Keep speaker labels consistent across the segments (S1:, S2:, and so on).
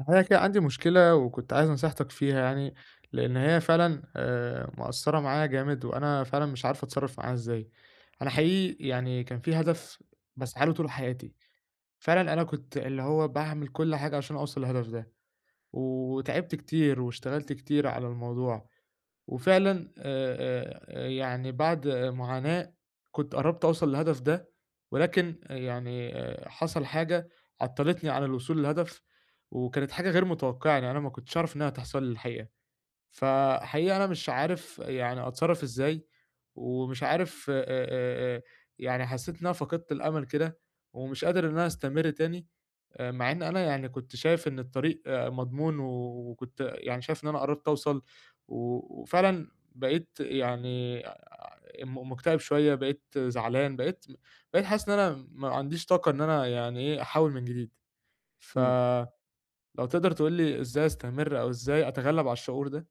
S1: الحقيقة كده عندي مشكلة وكنت عايز نصيحتك فيها يعني. لأن هي فعلا مأثرة معايا جامد وأنا فعلا مش عارف أتصرف معاها إزاي. أنا حقيقي يعني كان في هدف بسعى له طول حياتي. فعلا أنا كنت اللي هو بعمل كل حاجة عشان أوصل للهدف ده وتعبت كتير واشتغلت كتير على الموضوع، وفعلًا يعني بعد معاناة كنت قرّبت أوصل للهدف ده، ولكن يعني حصل حاجة عطّلتني عن الوصول للهدف، وكانت حاجة غير متوقعة، يعني أنا ما كنتش أعرف إنها هتحصل لي الحقيقة. فحقيقة أنا مش عارف يعني أتصرّف إزاي، ومش عارف آآ يعني حسّيت إن أنا فقدت الأمل كده، ومش قادر إن أنا أستمر تاني، مع إن أنا يعني كنت شايف إن الطريق مضمون، وكنت يعني شايف إن أنا قرّبت أوصل، و وفعلًا بقيت يعني مكتئب شوية، بقيت زعلان، بقيت حاسس إن أنا ما عنديش طاقة إن أنا يعني إيه أحاول من جديد،
S2: إمم.
S1: فلو تقدر تقول لي إزاي أستمر أو إزاي أتغلب على الشعور ده؟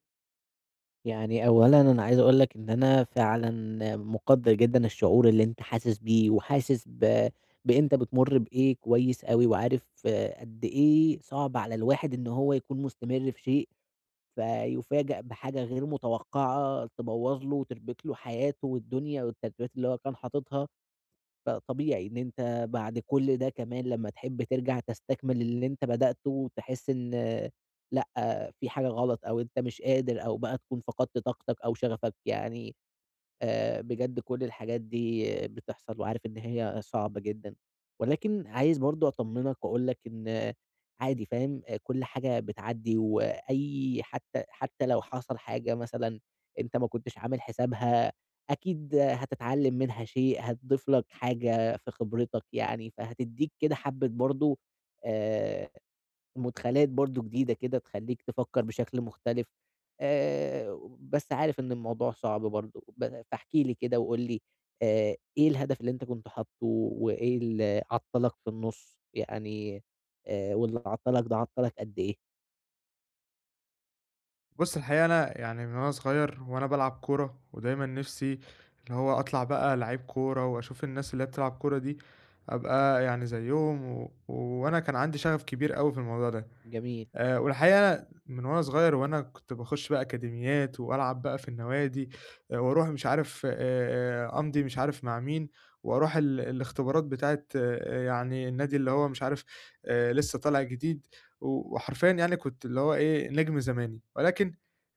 S2: يعني أولًا أنا عايز أقول لك إن أنا فعلًا مُقدّر جدًا الشعور اللي أنت حاسس بيه، وحاسس بأنت بتمُر بإيه كويس أوي، وعارف آه، قد إيه صعب على الواحد إن هو يكون مستمر في شيء، فيُفاجأ بحاجة غير متوقعة تبوّظ له وتربك له حياته والدنيا والترتيبات اللي هو كان حاططها. فطبيعي إن أنت بعد كل ده كمان لمّا تحب ترجع تستكمل اللي أنت بدأته وتحس إن لأ، في حاجة غلط أو أنت مش قادر أو بقى تكون فقدت طاقتك أو شغفك، يعني بجد كل الحاجات دي بتحصل وعارف إن هي صعبة جدًا، ولكن عايز برضه أطمنك وأقول لك إن عادي فاهم، كل حاجة بتعدّي وأي حتى لو حصل حاجة مثلًا أنت ما كنتش عامل حسابها، أكيد هتتعلّم منها شيء، هتضيف لك حاجة في خبرتك يعني، فهتدّيك كده حبّة برضه آآ مدخلات برضه جديدة كده تخلّيك تفكّر بشكل مختلف، بس عارف إن الموضوع صعب برضه، فاحكِ لي كده وقُل لي إيه الهدف اللي أنت كنت حاطّه وإيه اللي عطّلك في النُص؟ يعني واللي عطّلك ده عطّلك قد إيه؟
S1: بُص الحقيقة أنا يعني من وأنا صغير وأنا بالعب كورة، ودايمًا نِفْسي اللي هو أطلع بقى لعيب كورة، وأشوف الناس اللي هي بتلعب كورة دي أبقى يعني زيّهم، و وأنا كان عندي شغف كبير أوي في الموضوع ده.
S2: جميل.
S1: والحقيقة من وأنا صغير وأنا كنت باخُش بقى أكاديميات وألعب بقى في النوادي، وأروح مش عارف أمضي مش عارف مع مين وأروح الاختبارات بتاعة يعني النادي اللي هو مش عارف لسّه طالع جديد، وحرفيًا يعني كنت اللي هو إيه، نجم زماني. ولكن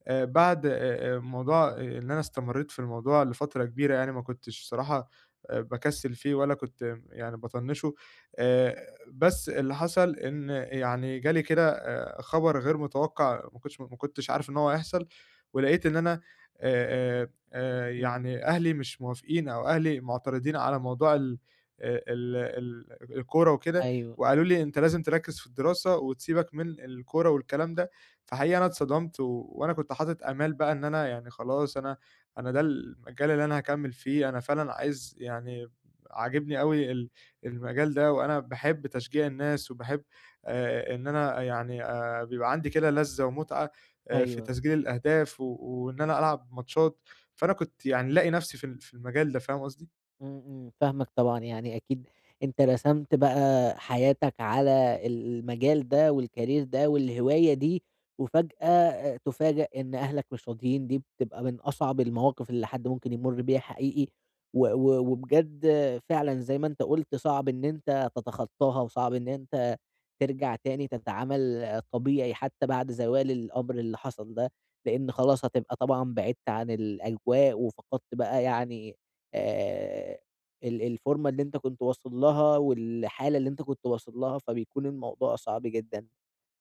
S1: بعد موضوع إن أنا استمرّيت في الموضوع لفترة كبيرة يعني ما كنتش صراحة باكسِّل فيه ولا كنت يعني باطنِّشه، بس اللي حصل إن يعني جه لي كده خبر غير متوقع ما كنتش عارف إن هو هيحصل، ولقيت إن أنا
S2: إمم.
S1: يعني أهلي مش موافقين أو أهلي معترضين على موضوع ال ال ال الكورة وكده،
S2: أيوه.
S1: وقالوا لي: "أنت لازم تركّز في الدراسة وتسيبك من الكورة والكلام ده." فحقيقي أنا اتصدمت وأنا كنت حاطط آمال بقى إن أنا يعني خلاص أنا ده المجال اللي أنا هاكمّل فيه، أنا فعلًا عايز يعني عاجبني أوي المجال ده، وأنا باحب تشجيع الناس، وباحب إن أنا يعني بيبقى عندي كده لذّة ومتعة في
S2: أيوه.
S1: تسجيل الأهداف، و وإن أنا ألعب ماتشات، فأنا كنت يعني لاقي نفسي في ال في المجال ده، فاهم قصدي؟
S2: إمم، إمم، فاهمك طبعًا، يعني أكيد أنت رسمت بقى حياتك على المجال ده والcareer ده والهواية دي، وفجأة تُفاجأ إن أهلك مش راضيين، دي بتبقى من أصعب المواقف اللي حد ممكن يمُر بيها حقيقي، و و وبجد فعلًا زي ما أنت قُلت صعب إن أنت تتخطاها، وصعب إن أنت ترجع تاني تتعامل طبيعي حتى بعد زوال الأمر اللي حصل ده، لإن خلاص هتبقى طبعًا بعدت عن الأجواء وفقدت بقى يعني آآ الفورمة اللي أنت كنت واصل لها والحالة اللي أنت كنت واصل لها، فبيكون الموضوع صعب جدًا.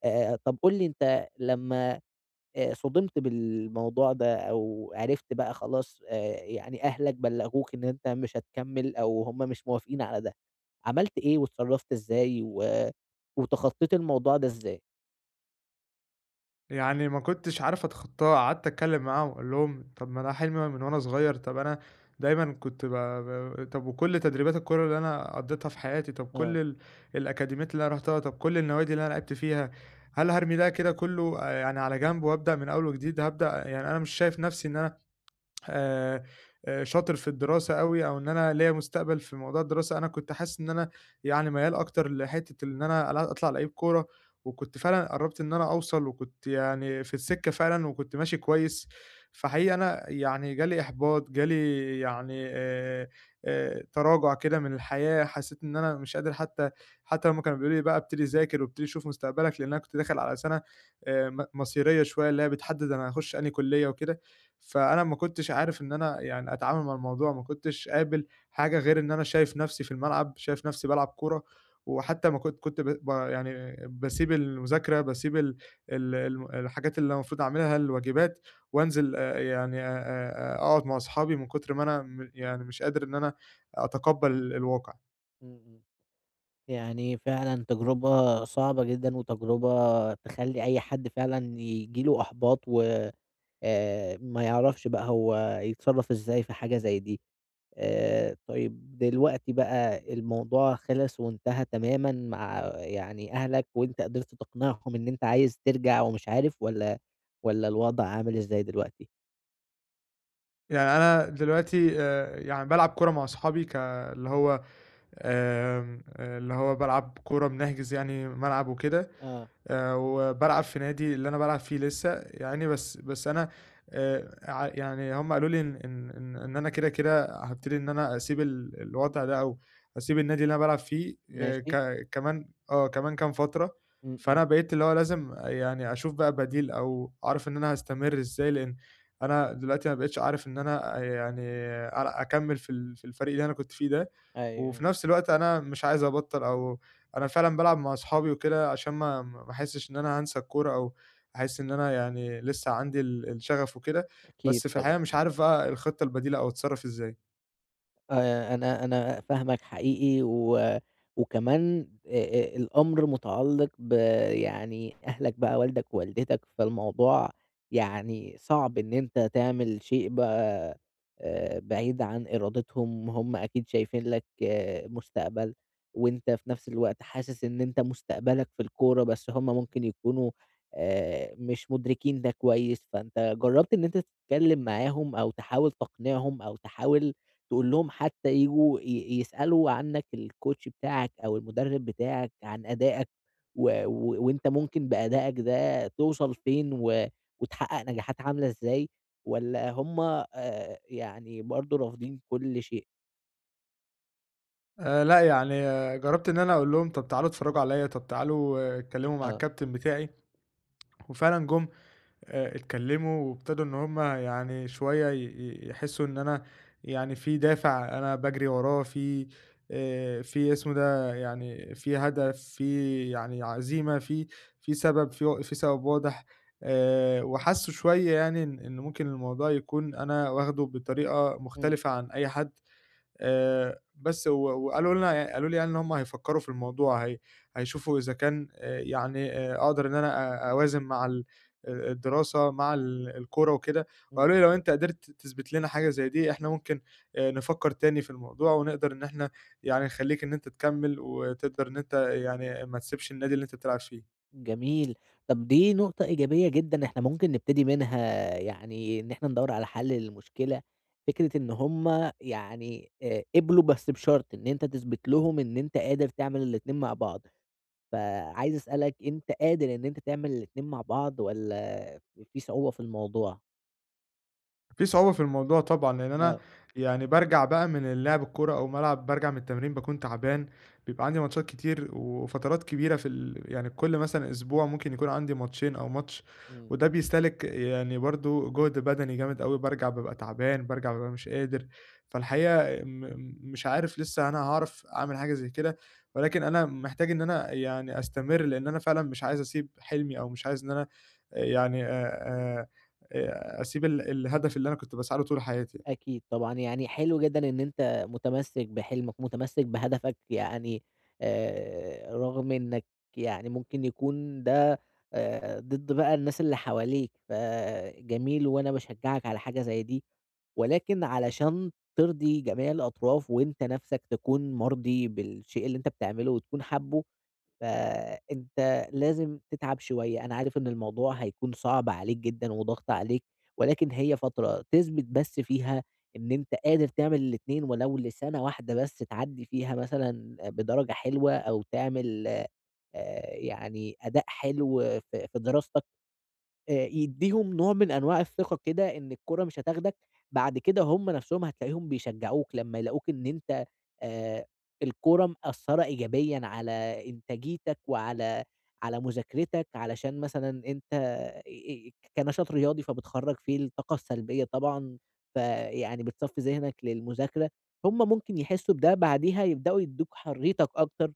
S2: طب قُل لي أنت لمّا صُدمت بالموضوع ده أو عرفت بقى خلاص يعني أهلك بلّغوك إن أنت مش هتكمّل أو هم مش موافقين على ده، عملت إيه واتصرّفت إزاي وتخطّيت الموضوع ده إزاي؟
S1: يعني ما كنتش عارف أتخطّاه، قعدت أتكلّم معاهم وأقول لهم: "طَب ما ده حلمي من وأنا صغير، طَب أنا دايمًا كنت ب ب طَب وكل تدريبات الكورة اللي أنا قضّيتها في حياتي، طَب كل
S2: آه.
S1: الأكاديميات اللي أنا رُحتها، طَب كل النوادي اللي أنا لعبت فيها، هل هارمي ده كده كُلّه يعني على جنب وأبدأ من أول وجديد؟ هابدأ يعني أنا مش شايف نَفْسي إن أنا آآ، شاطر في الدراسة أوي أو إن أنا ليّا مستقبل في موضوع الدراسة، أنا كنت حاسس إن أنا يعني ميّال أكتر لحتّة إن أنا أطلع لعيب كورة، وكنت فعلًا قرّبت إن أنا أوصل وكنت يعني في السكة فعلًا وكنت ماشي كويس، فحقيقي أنا يعني جالي إحباط، جالي يعني تراجع كده من الحياة، حسّيت إن أنا مش قادر حتى هُم كانوا بيقولوا لي بقى ابتدي ذاكر وابتدي شوف مستقبلك، لإن أنا كنت داخل على سَنة م مصيرية شوية اللي هي بتحدد أنا هاخش أنهي كلية وكده. فأنا ما كنتش عارف إن أنا يعني أتعامل مع الموضوع، ما كنتش قابل حاجة غير إن أنا شايف نَفْسي في الملعب، شايف نَفْسي بالعب كورة، وحتى ما كنت ب ب يعني باسيب المذاكرة، باسيب ال ال الم الحاجات اللي المفروض أعملها، الواجبات، وأنزل يعني أقعد مع أصحابي من كتر ما أنا يعني مش قادر إن أنا أتقبّل الواقع.
S2: إمم، إمم. يعني فعلًا تجربة صعبة جدًا وتجربة تخلّي أي حد فعلًا ييجي له إحباط و ما يعرفش بقى هو يتصرّف إزاي في حاجة زي دي. طيب دلوقتي بقى الموضوع خلص وانتهى تمامًا مع يعني أهلك وأنت قدرت تقنعهم إن أنت عايز ترجع ومش عارف والّا الوضع عامل إزاي دلوقتي؟
S1: يعني أنا دلوقتي يعني بالعب كورة مع أصحابي اللي هو اللي هو بالعب كورة بنحجز يعني ملعب وكده،
S2: آه.
S1: وبلعب في نادي اللي انا بلعب فيه لسه يعني بس انا يعني هم قالوا لي ان ان ان إن انا كده هبتدي ان انا اسيب الوضع ده او اسيب النادي اللي انا بلعب فيه
S2: ماشي.
S1: كمان كام فترة.
S2: إمم، إمم.
S1: فانا بقيت اللي هو لازم يعني اشوف بقى بديل او اعرف ان انا هستمر ازاي لان انا دلوقتي ما بقتش عارف ان انا يعني اكمل في في الفريق اللي انا كنت فيه ده وفي
S2: أيوه.
S1: نفس الوقت انا مش عايز ابطل أنا فعلًا بالعب مع أصحابي وكده عشان ما أحسّش إن أنا هانسى الكورة أو أحس إن أنا يعني لسه عندي الشغف وكده،
S2: أكيد
S1: بس في الحقيقة
S2: طبعًا.
S1: مش عارف بقى الخطة البديلة أو أتصرّف إزاي.
S2: أنا فاهمك حقيقي و وكمان الأمر مُتعلّق يعني أهلك بقى والدك ووالدتك، فالموضوع يعني صعب إن أنت تعمل شيء بقى بعيد عن إرادتهم، هم أكيد شايفين لك آه، مستقبل، وأنت في نفس الوقت حاسس إن أنت مستقبلك في الكورة، بس هم ممكن يكونوا مش مُدركين ده كويس، فأنت جرّبت إن أنت تتكلّم معاهم أو تحاول تقنعهم أو تحاول تقول لهم حتى ييجوا يسألوا عنّك الcoach بتاعك أو المدرب بتاعك عن أدائك، و و وأنت ممكن بأدائك ده توصل فين وتحقق نجاحات عاملة إزاي، والّا هُم يعني برضه رافضين كل شيء؟
S1: لأ، يعني جرّبت إن أنا أقول لهم طَب تعالوا اتفرّجوا عليّا، طَب تعالوا اتكلّموا مع
S2: آه،
S1: الكابتن بتاعي وفعلًا جُم. اتكلّموا وابتدوا إن هُم يعني شوية ي ي يحسّوا إن أنا يعني في دافع أنا باجري وراه، في في اسمه ده، يعني في هدف، في يعني عزيمة، في في سبب، في و في سبب واضح وحسّوا شوية يعني إن ممكن الموضوع يكون أنا واخده بطريقة
S2: إمم،
S1: مختلفة عن أي حد. بس وقالوا لنا يعني قالوا لي يعني إن هم هيفكّروا في الموضوع، هيشوفوا إذا كان يعني أقدر إن أنا أوازن مع ال الدراسة مع الكورة وكده،
S2: إمم.
S1: وقالوا لي لو أنت قدرت تثبت لنا حاجة زي دي إحنا ممكن نفكّر تاني في الموضوع ونقدر إن إحنا يعني نخلّيك إن أنت تكمّل وتقدر إن أنت يعني ما تسيبش النادي اللي أنت بتلعب فيه.
S2: جميل. طب دي نقطة إيجابية جدًا إحنا ممكن نبتدي منها يعني إن إحنا ندوّر على حل للمشكلة، فكرة إن هُم يعني قبلوا بس بشرط إن أنت تثبت لهم إن أنت قادر تعمل الاتنين مع بعض، فعايز أسألك أنت قادر إن أنت تعمل الاتنين مع بعض والّا في صعوبة في الموضوع؟
S1: في صعوبة في الموضوع طبعًا، لإن أنا
S2: آه،
S1: يعني بارجع بقى من اللعب الكورة أو ملعب بارجع من التمرين باكون تعبان، بيبقى عندي ماتشات كتير وفترات كبيرة في يعني كل مثلًا أسبوع ممكن يكون عندي ماتشين أو ماتش،
S2: إمم.
S1: وده بيستهلك يعني برضه جهد بدني جامد أوي، بارجع بابقى تعبان، بارجع بابقى مش قادر، فالحقيقة مش عارف لسه أنا هاعرف أعمل حاجة زي كده، ولكن أنا محتاج إن أنا يعني أستمر، لإن أنا فعلًا مش عايز أسيب حلمي أو مش عايز إن أنا يعني آآ أسيب الهدف اللي أنا كنت باسعى له طول حياتي يعني.
S2: أكيد طبعًا، يعني حلو جدًا إن أنت متمسّك بحلمك، متمسّك بهدفك يعني رغم إنك يعني ممكن يكون ده ضد بقى الناس اللي حواليك، فجميل وأنا باشجّعك على حاجة زي دي، ولكن علشان ترضي جميع الأطراف وأنت نَفْسك تكون مرضي بالشيء اللي أنت بتعمله وتكون حابّه فأنت لازم تتعب شوية، أنا عارف إن الموضوع هيكون صعب عليك جدًا وضاغط عليك، ولكن هي فترة تثبت بس فيها إن أنت قادر تعمل الاتنين ولو لسنة واحدة بس تعدّي فيها مثلًا بدرجة حلوة أو تعمل يعني أداء حلو في في دراستك. يدّيهم نوع من أنواع الثقة كده إن الكورة مش هتاخدك، بعد كده هم نَفْسهم هتلاقيهم بيشجّعوك لمّا يلاقوك إن أنت آآ الكورة مأثّرة إيجابيًا على إنتاجيتك وعلى على مذاكرتك، علشان مثلًا أنت كنشاط رياضي فبتخرّج فيه الطاقة السلبية طبعًا، فيعني بتصفّي ذهنك للمذاكرة، هم ممكن يحسّوا بده بعديها يبدأوا يدّوك حريتك أكتر.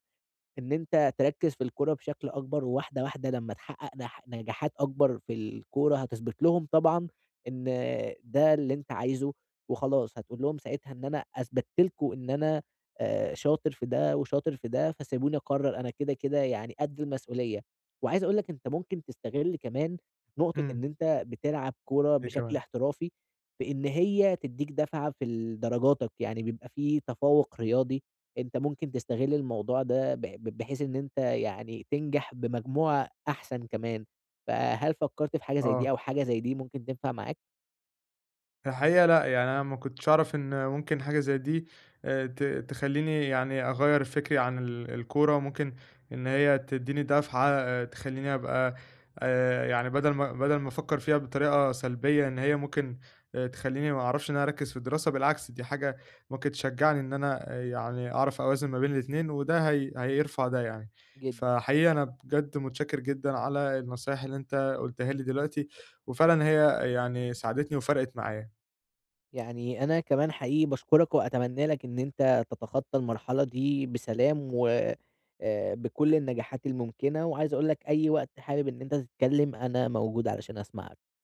S2: إن أنت تركّز في الكورة بشكل أكبر، وواحدة واحدة لمّا تحقق نجاحات أكبر في الكورة هتثبت لهم طبعًا إن ده اللي أنت عايزه، وخلاص هتقول لهم ساعتها إن أنا أثبتّ لكم إن أنا شاطر في ده وشاطر في ده، فسيبوني أقرّر أنا كده، كده يعني قد المسؤولية. وعايز أقول لك أنت ممكن تستغل كمان نقطة
S1: إمم،
S2: إن أنت بتلعب كورة
S1: إيه كمان؟
S2: بشكل احترافي، في إن هي تدّيك دفعة في درجاتك، يعني بيبقى في تفوق رياضي أنت ممكن تستغل الموضوع ده ب ب بحيث إن أنت يعني تنجح بمجموعة أحسن كمان، فهل فكّرت في حاجة زي دي
S1: آه.
S2: أو حاجة زي دي ممكن تنفع معاك؟
S1: الحقيقة لأ، يعني أنا ما كنتش أعرف إن ممكن حاجة زي دي ت تخلّيني يعني أغيّر فكري عن الكورة، وممكن إن هي تدّيني دفعة تخلّيني أبقى يعني بدل ما أفكّر فيها بطريقة سلبية إن هي ممكن تخلّيني ما أعرفش إن أنا أركّز في الدراسة، بالعكس دي حاجة ممكن تشجّعني إن أنا يعني أعرف أوازن ما بين الاتنين، وده هي هيرفع ده يعني.
S2: جدًا،
S1: فحقيقي أنا بجد متشكّر جدًا على النصايح اللي أنت قُلتها لي دلوقتي، وفعلًا هي يعني ساعدتني وفرقت معايا.
S2: يعني أنا كمان حقيقي باشكرك وأتمنى لك إن أنت تتخطى المرحلة دي بسلام و بكل النجاحات الممكنة، وعايز أقول لك أي وقت حابب إن أنت تتكلم أنا موجود علشان أسمعك.